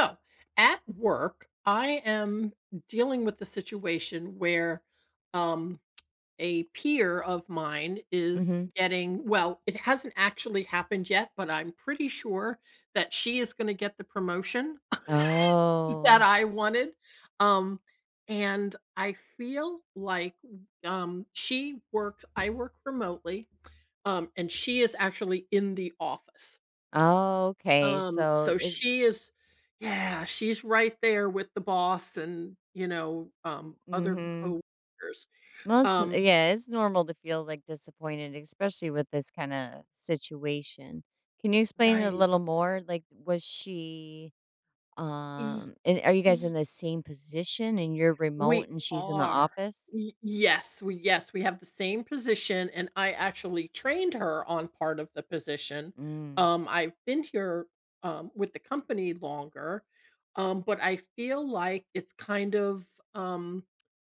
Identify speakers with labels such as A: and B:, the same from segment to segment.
A: So at work, I am dealing with the situation where um, a peer of mine is
B: Mhm.
A: getting, well, it hasn't actually happened yet, but I'm pretty sure that she is going to get the promotion that
B: Oh.
A: I wanted. Um, and I feel like I work remotely, and she is actually in the office.
B: Oh, okay. So
A: So
B: is
A: she is Yeah, she's right there with the boss and, other
B: mhm.
A: coworkers.
B: Well, it's n
A: Um,
B: yeah, it's normal to feel, like, disappointed, especially with this kinda situation. Can you explain a
A: right.
B: little more? Like, was she,
A: E
B: and are you
A: e
B: guys in the same position and you're
A: We
B: remote and she's in the
A: are.
B: office?
A: Y yes, we Yes, we have the same position, and I actually trained her on part of the position.
B: Mm.
A: I've been here, with the company longer, but I feel like it's kind of, um,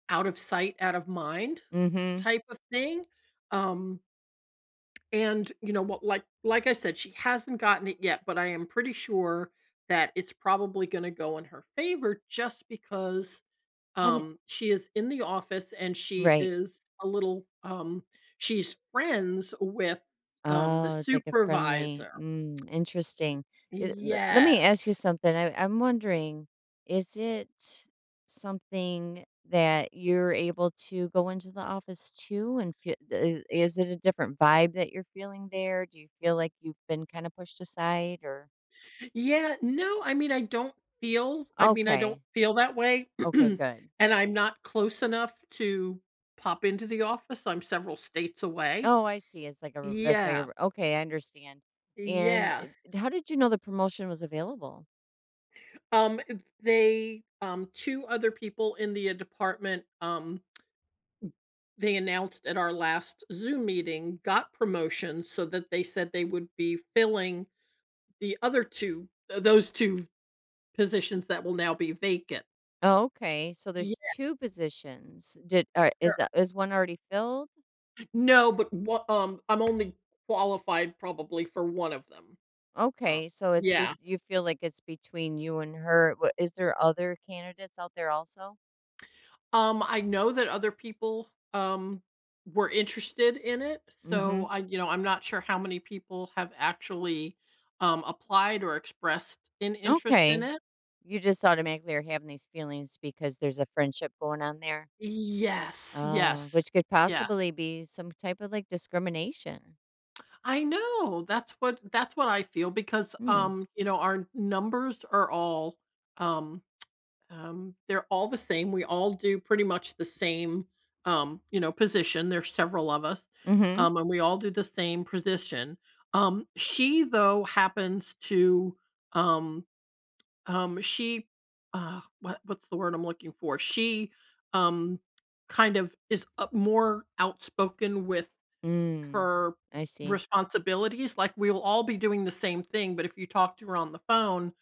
A: out of sight, out of mind
B: Mhm.
A: type of thing. Um And, you know what, like I said, she hasn't gotten it yet, but I am pretty sure that it's probably gonna go in her favor just because,
B: How did
A: she is in the office and she
B: right.
A: is a little, she's friends with, the
B: Oh, it's like a friendly
A: supervisor.
B: mm, interesting. Let me ask you
A: Yes.
B: something. I'm wondering, is it something that you're able to go into the office to and feel, is it a different vibe that you're feeling there? Do you feel like you've been kind of pushed aside or?
A: Yeah, no, I mean, I mean, I don't
B: Okay.
A: feel that way,
B: Okay,
A: and
B: good.
A: I'm not close enough to pop into the office. I'm several states away.
B: Oh, I see. It's like a, that's why
A: Yeah.
B: you're, okay, I understand. And
A: Yes.
B: how did you know the promotion was available?
A: Um, eh, they, 2 other people in the, department, they announced at our last Zoom meeting, got promotions, so that they said they would be filling the other 2, those 2 positions that will now be vacant.
B: Okay, so
A: Yeah.
B: there's 2 positions. Did is
A: there-
B: the is one already filled?
A: No, but wha I'm only qualified probably for 1 of them. Uh,
B: Okay, so it's be
A: yeah.
B: you feel like it's between you and her. Wha Is there other candidates out there also?
A: I know that other people, were interested in it, so
B: Mhm.
A: I you know, I'm not sure how many people have actually, applied or expressed an interest in
B: Okay.
A: it.
B: You just automatically are having these feelings because there's a friendship going on there?
A: Yes,
B: Oh,
A: yes,
B: which could
A: yes.
B: possibly be some type of, like, discrimination.
A: I know, that's what I feel because,
B: Hmm.
A: you know, our numbers are all, um they're all the same. We all do pretty much the same, you know, position. There's several of us,
B: Mhm.
A: and we all do the same position. She though happens to, um, um, she, what what's the word I'm looking for? Um, Kind of is up more outspoken with
B: Mm.
A: her
B: I see.
A: responsibilities. Like we will all be doing the same thing, but if you talk to her on the phone,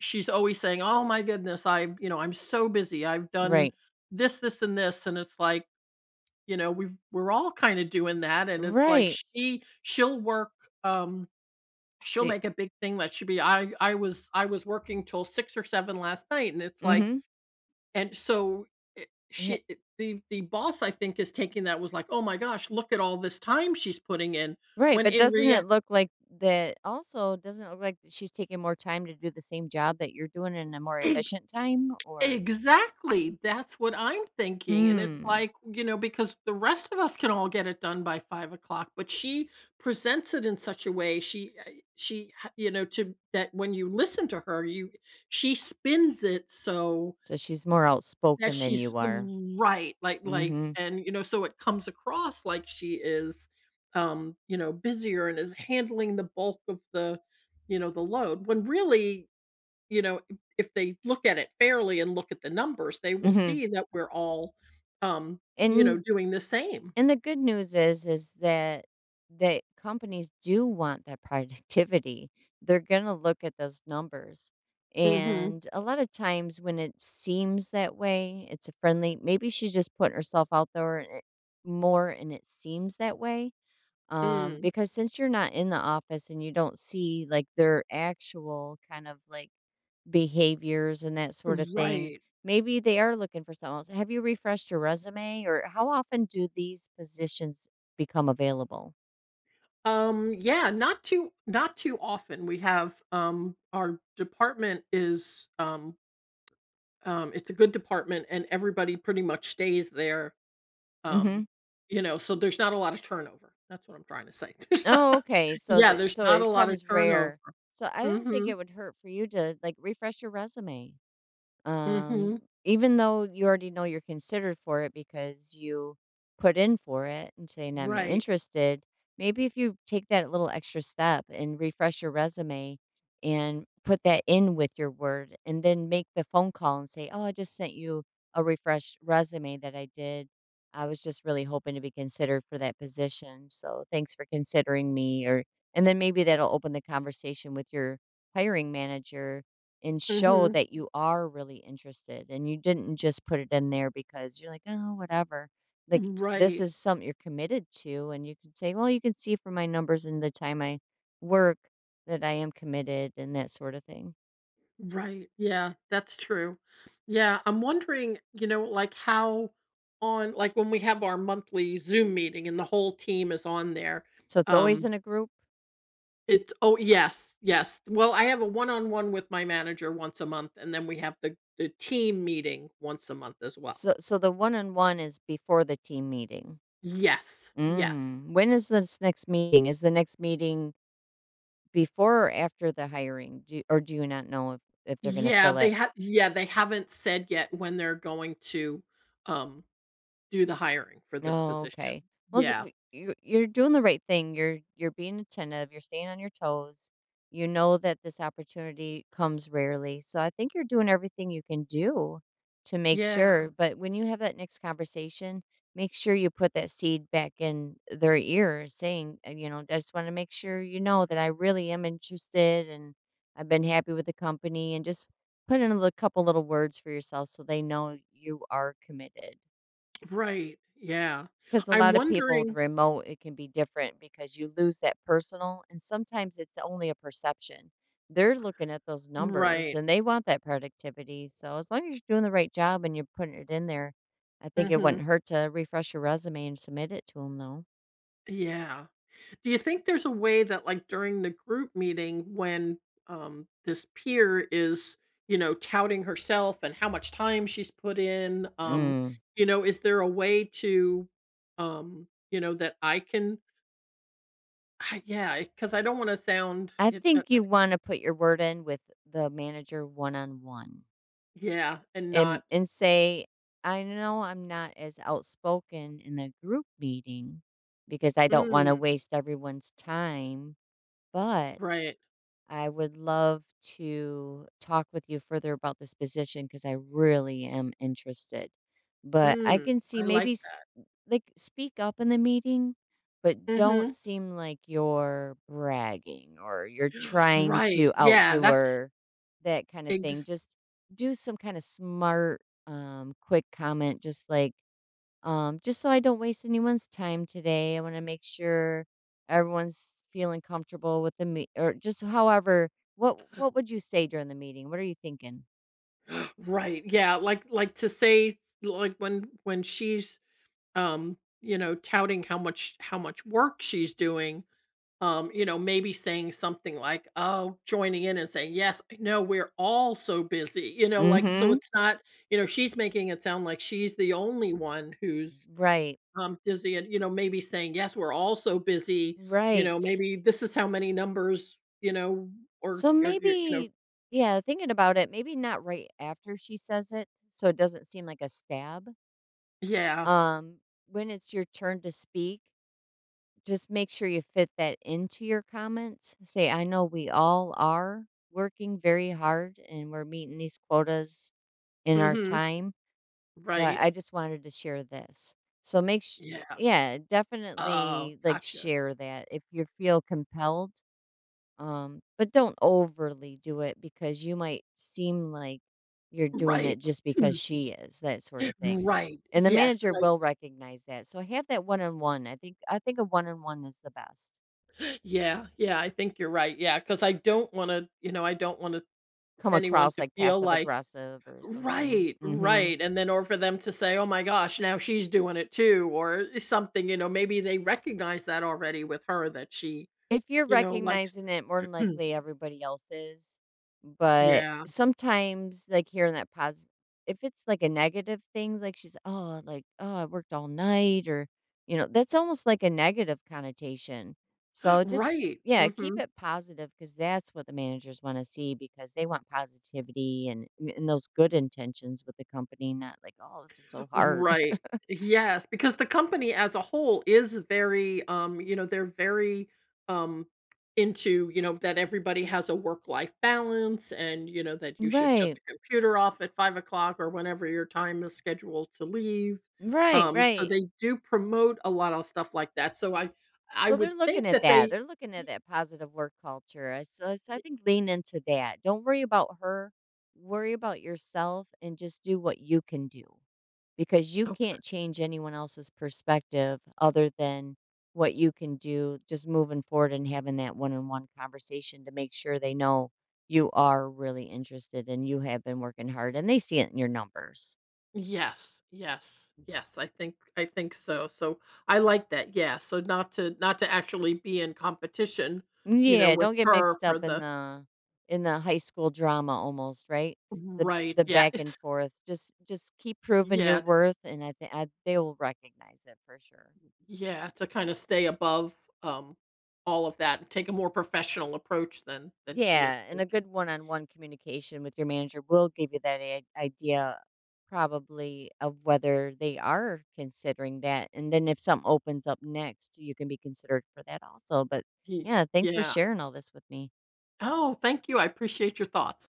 A: she's always saying, "Oh my goodness, I you know, I'm so busy. I've done
B: Right.
A: this, this, and this." And it's like, you know, we're all kind of doing that. And it's like
B: Right.
A: she'll work, um, she'll
B: See
A: make a big thing that should be I was working till six or seven last night. And it's like,
B: mhm.
A: and so it-
B: H
A: she it- the boss I think is taking that, was like, oh my gosh, look at all this time she's putting in.
B: Right,
A: When
B: but
A: in
B: doesn't
A: reality
B: it look like that also doesn't it look like that she's taking more time to do the same job that you're doing in a more efficient time or
A: exactly, that's what I'm thinking, and it's
B: hmm.
A: like, you know, because the rest of us can all get it done by 5 o'clock, but she presents it in such a way. She ha You know, to that when you listen to her, you she spins it so
B: So she's more
A: that
B: outspoken than you are.
A: right, like
B: Mhm.
A: and, you know, so it comes across like she is, you know, busier and is handling the bulk of the, you know, the load, when really, you know, if they look at it fairly and look at the numbers, they will
B: Mhm.
A: see that we're all, um, you know,
B: And
A: doing the same.
B: and the good news is that companies do want that productivity. They're going to look at those numbers.
A: Mhm.
B: And a lot of times when it seems that way, it's a friendly maybe she's just putting herself out there more and it seems that way.
A: Mm.
B: Because since you're not in the office and you don't see like their actual kind of like behaviors and that sort of thing,
A: Right.
B: maybe they are looking for someone else. Have you refreshed your resume or how often do these positions become available?
A: Yeah, not too often. We have, our department is, it's a good department and everybody pretty much stays there, um,
B: Hmm.
A: you know, so there's not a lot of turnover. That's what I'm trying to say. There's
B: Oh,
A: not
B: okay.
A: Yeah, there's
B: So
A: not a
B: it
A: lot of
B: comes
A: turnover.
B: rare. So I don't think
A: Mhm.
B: it would hurt for you to like refresh your resume. Um,
A: Mhm.
B: Even though you already know you're considered for it because you put in for it and saying I'm
A: Right.
B: interested, maybe if you take that little extra step and refresh your resume and put that in with your word and then make the phone call and say, "Oh, I just sent you a refreshed resume that I did. I was just really hoping to be considered for that position. So, thanks for considering me." Or and then maybe that'll open the conversation with your hiring manager and show
A: Mhm.
B: that you are really interested and you didn't just put it in there because you're like, oh, whatever. Like, this
A: Right.
B: is something you're committed to. And you can say, well, you can see from my numbers and the time I work that I am committed and that sort of thing.
A: Right. Yeah, that's true. Yeah, I'm wondering, you know, like how on, like, when we have our monthly Zoom meeting and the whole team is on there.
B: So it's always
A: Um
B: in a group.
A: it's Oh yes, yes. Well, I have a one-on-one with my manager once a month and then we have the team meeting once a
B: S-
A: month as well.
B: So, the one on one is before the team meeting.
A: Yes. Yes.
B: Mm. When is this next meeting? Is the next meeting before or after the hiring? Do, or do you not know if they're going to fill it?
A: Yeah, they haven't said yet when they're going to um do the hiring for this
B: Oh,
A: position.
B: okay. Well,
A: Yeah.
B: you you're doing the right thing. You're being attentive. You're staying on your toes. You know that this opportunity comes rarely, so I think you're doing everything you can do to make
A: Yeah.
B: sure. But when you have that next conversation, make sure you put that seed back in their ear, saying, you know, I just want to make sure you know that I really am interested, and I've been happy with the company, and just put in a couple little words for yourself so they know you are committed.
A: Right, yeah.
B: 'Cause a
A: I'm
B: lot of people with
A: wondering.
B: remote, it can be different because you lose that personal, and sometimes it's only a perception. They're looking at those numbers
A: Right,
B: and they want that productivity, so as long as you're doing the right job and you're putting it in there, I think it
A: mhm,
B: wouldn't hurt to refresh your resume and submit it to them. Though.
A: yeah. Do you think there's a way that, like, during the group meeting when, this peer is, you know, touting herself and how much time she's put in,
B: Mm.
A: you know, is there a way to, you know, that I can yeah, because I don't wanna sound
B: I
A: it
B: think you wanna put your word in with the manager one-on-one.
A: yeah, and
B: and
A: not.
B: and say, "I know I'm not as outspoken in a group meeting because I don't want to
A: Mm,
B: waste everyone's time, but
A: right.
B: I would love to talk with you further about this position because I really am interested. But I
A: Mm,
B: can see
A: I like
B: maybe
A: that.
B: like, speak up in the meeting, but don't
A: Mhm.
B: seem like you're bragging or you're trying
A: Right,
B: to
A: yeah,
B: outdo
A: that's
B: her, that kind of thing.
A: ex
B: Just do some kind of smart, quick comment, just like, "Just so I don't waste anyone's time today, I wanna make sure everyone's feeling comfortable with the meet or just however what would you say during the meeting? What are you thinking?
A: right, yeah, like to say like when she's, you know, touting how much work she's doing, you know, maybe saying something like, "Oh," joining in and saying, "Yes, I know we're all so busy," you know, like, so
B: Mhm.
A: it's not, you know, she's making it sound like she's the only one who's,
B: Right.
A: busy and, you know, maybe saying, "Yes, we're all so busy," you know,
B: Right.
A: maybe this is how many numbers, you know,
B: So
A: you you know.
B: maybe yeah, thinking about it, maybe not right after she says it, so it doesn't seem like a stab.
A: Yeah.
B: Um, when it's your turn to speak, just make sure you fit that into your comments. Say, I know we all are working very hard and we're meeting these quotas in our
A: Mhm.
B: time, but
A: Right.
B: I just wanted to share this. So make sure,
A: Yeah.
B: yeah,
A: Oh,
B: definitely like
A: gotcha.
B: share that if you feel compelled but don't overly do it because you might seem like you're doing
A: Right.
B: it just because
A: Mm.
B: she is, that sort of thing.
A: Right.
B: And the
A: Yes,
B: manager
A: and
B: will recognize that. So have that one on one. I think a one on one is the best.
A: I yeah, yeah, I think you're right. Yeah, because I don't wanna, you know, I don't want to
B: Come
A: anyone
B: across
A: to
B: like
A: feel
B: passive
A: like
B: aggressive or something.
A: right,
B: Mhm.
A: right, and then or for them to say, "Oh my gosh, now she's doing it too," or something, you know, maybe they recognize that already with her that she,
B: If you're
A: you know, likes
B: recognizing it, more than likely everybody else is, but
A: yeah.
B: sometimes, like, hearing that positive, if it's, like, a negative thing, like, she's, "Oh," like, "Oh, I worked all night," or, you know, that's almost like a negative connotation. So just
A: Right,
B: yeah, keep
A: mhm.
B: it positive because that's what the managers wanna see because they want positivity and those good intentions with the company, not like, "Oh, this is so hard."
A: Right. Yes, because the company as a whole is very, you know, they're very um into, you know, that everybody has a work-life balance and, you know, that you should shut
B: Right.
A: the computer off at 5 o'clock or whenever your time is scheduled to leave.
B: Right,
A: So
B: right.
A: they do promote a lot of stuff like that. So I
B: So
A: would
B: they're
A: think
B: looking at
A: that
B: that.
A: they
B: They're looking at that positive work culture. So, I think lean into that. Don't worry about her. Worry about yourself and just do what you can do because you
A: okay.
B: can't change anyone else's perspective other than what you can do just moving forward and having that one-on-one conversation to make sure they know you are really interested and you have been working hard and they see it in your numbers.
A: Yes, yes, yes, I think so, so, I like that, yeah, so not to actually be in competition, you know,
B: Yeah,
A: with
B: don't get
A: her
B: mixed
A: for
B: up in
A: the
B: the high school drama almost, right? The
A: right,
B: the
A: yeah,
B: back and
A: it's
B: forth. Just keep proving your
A: yeah,
B: worth and I think they will recognize it for sure.
A: yeah, to kinda stay above, um, all of that and take a more professional approach than she is
B: Yeah, and a
A: taking.
B: good one-on-one communication with your manager will give you that idea probably of whether they are considering that and then if something opens up next, you can be considered for that also. But
A: Ye
B: yeah, thanks for
A: Yeah.
B: sharing all this with me.
A: Oh, thank you, I appreciate your thoughts.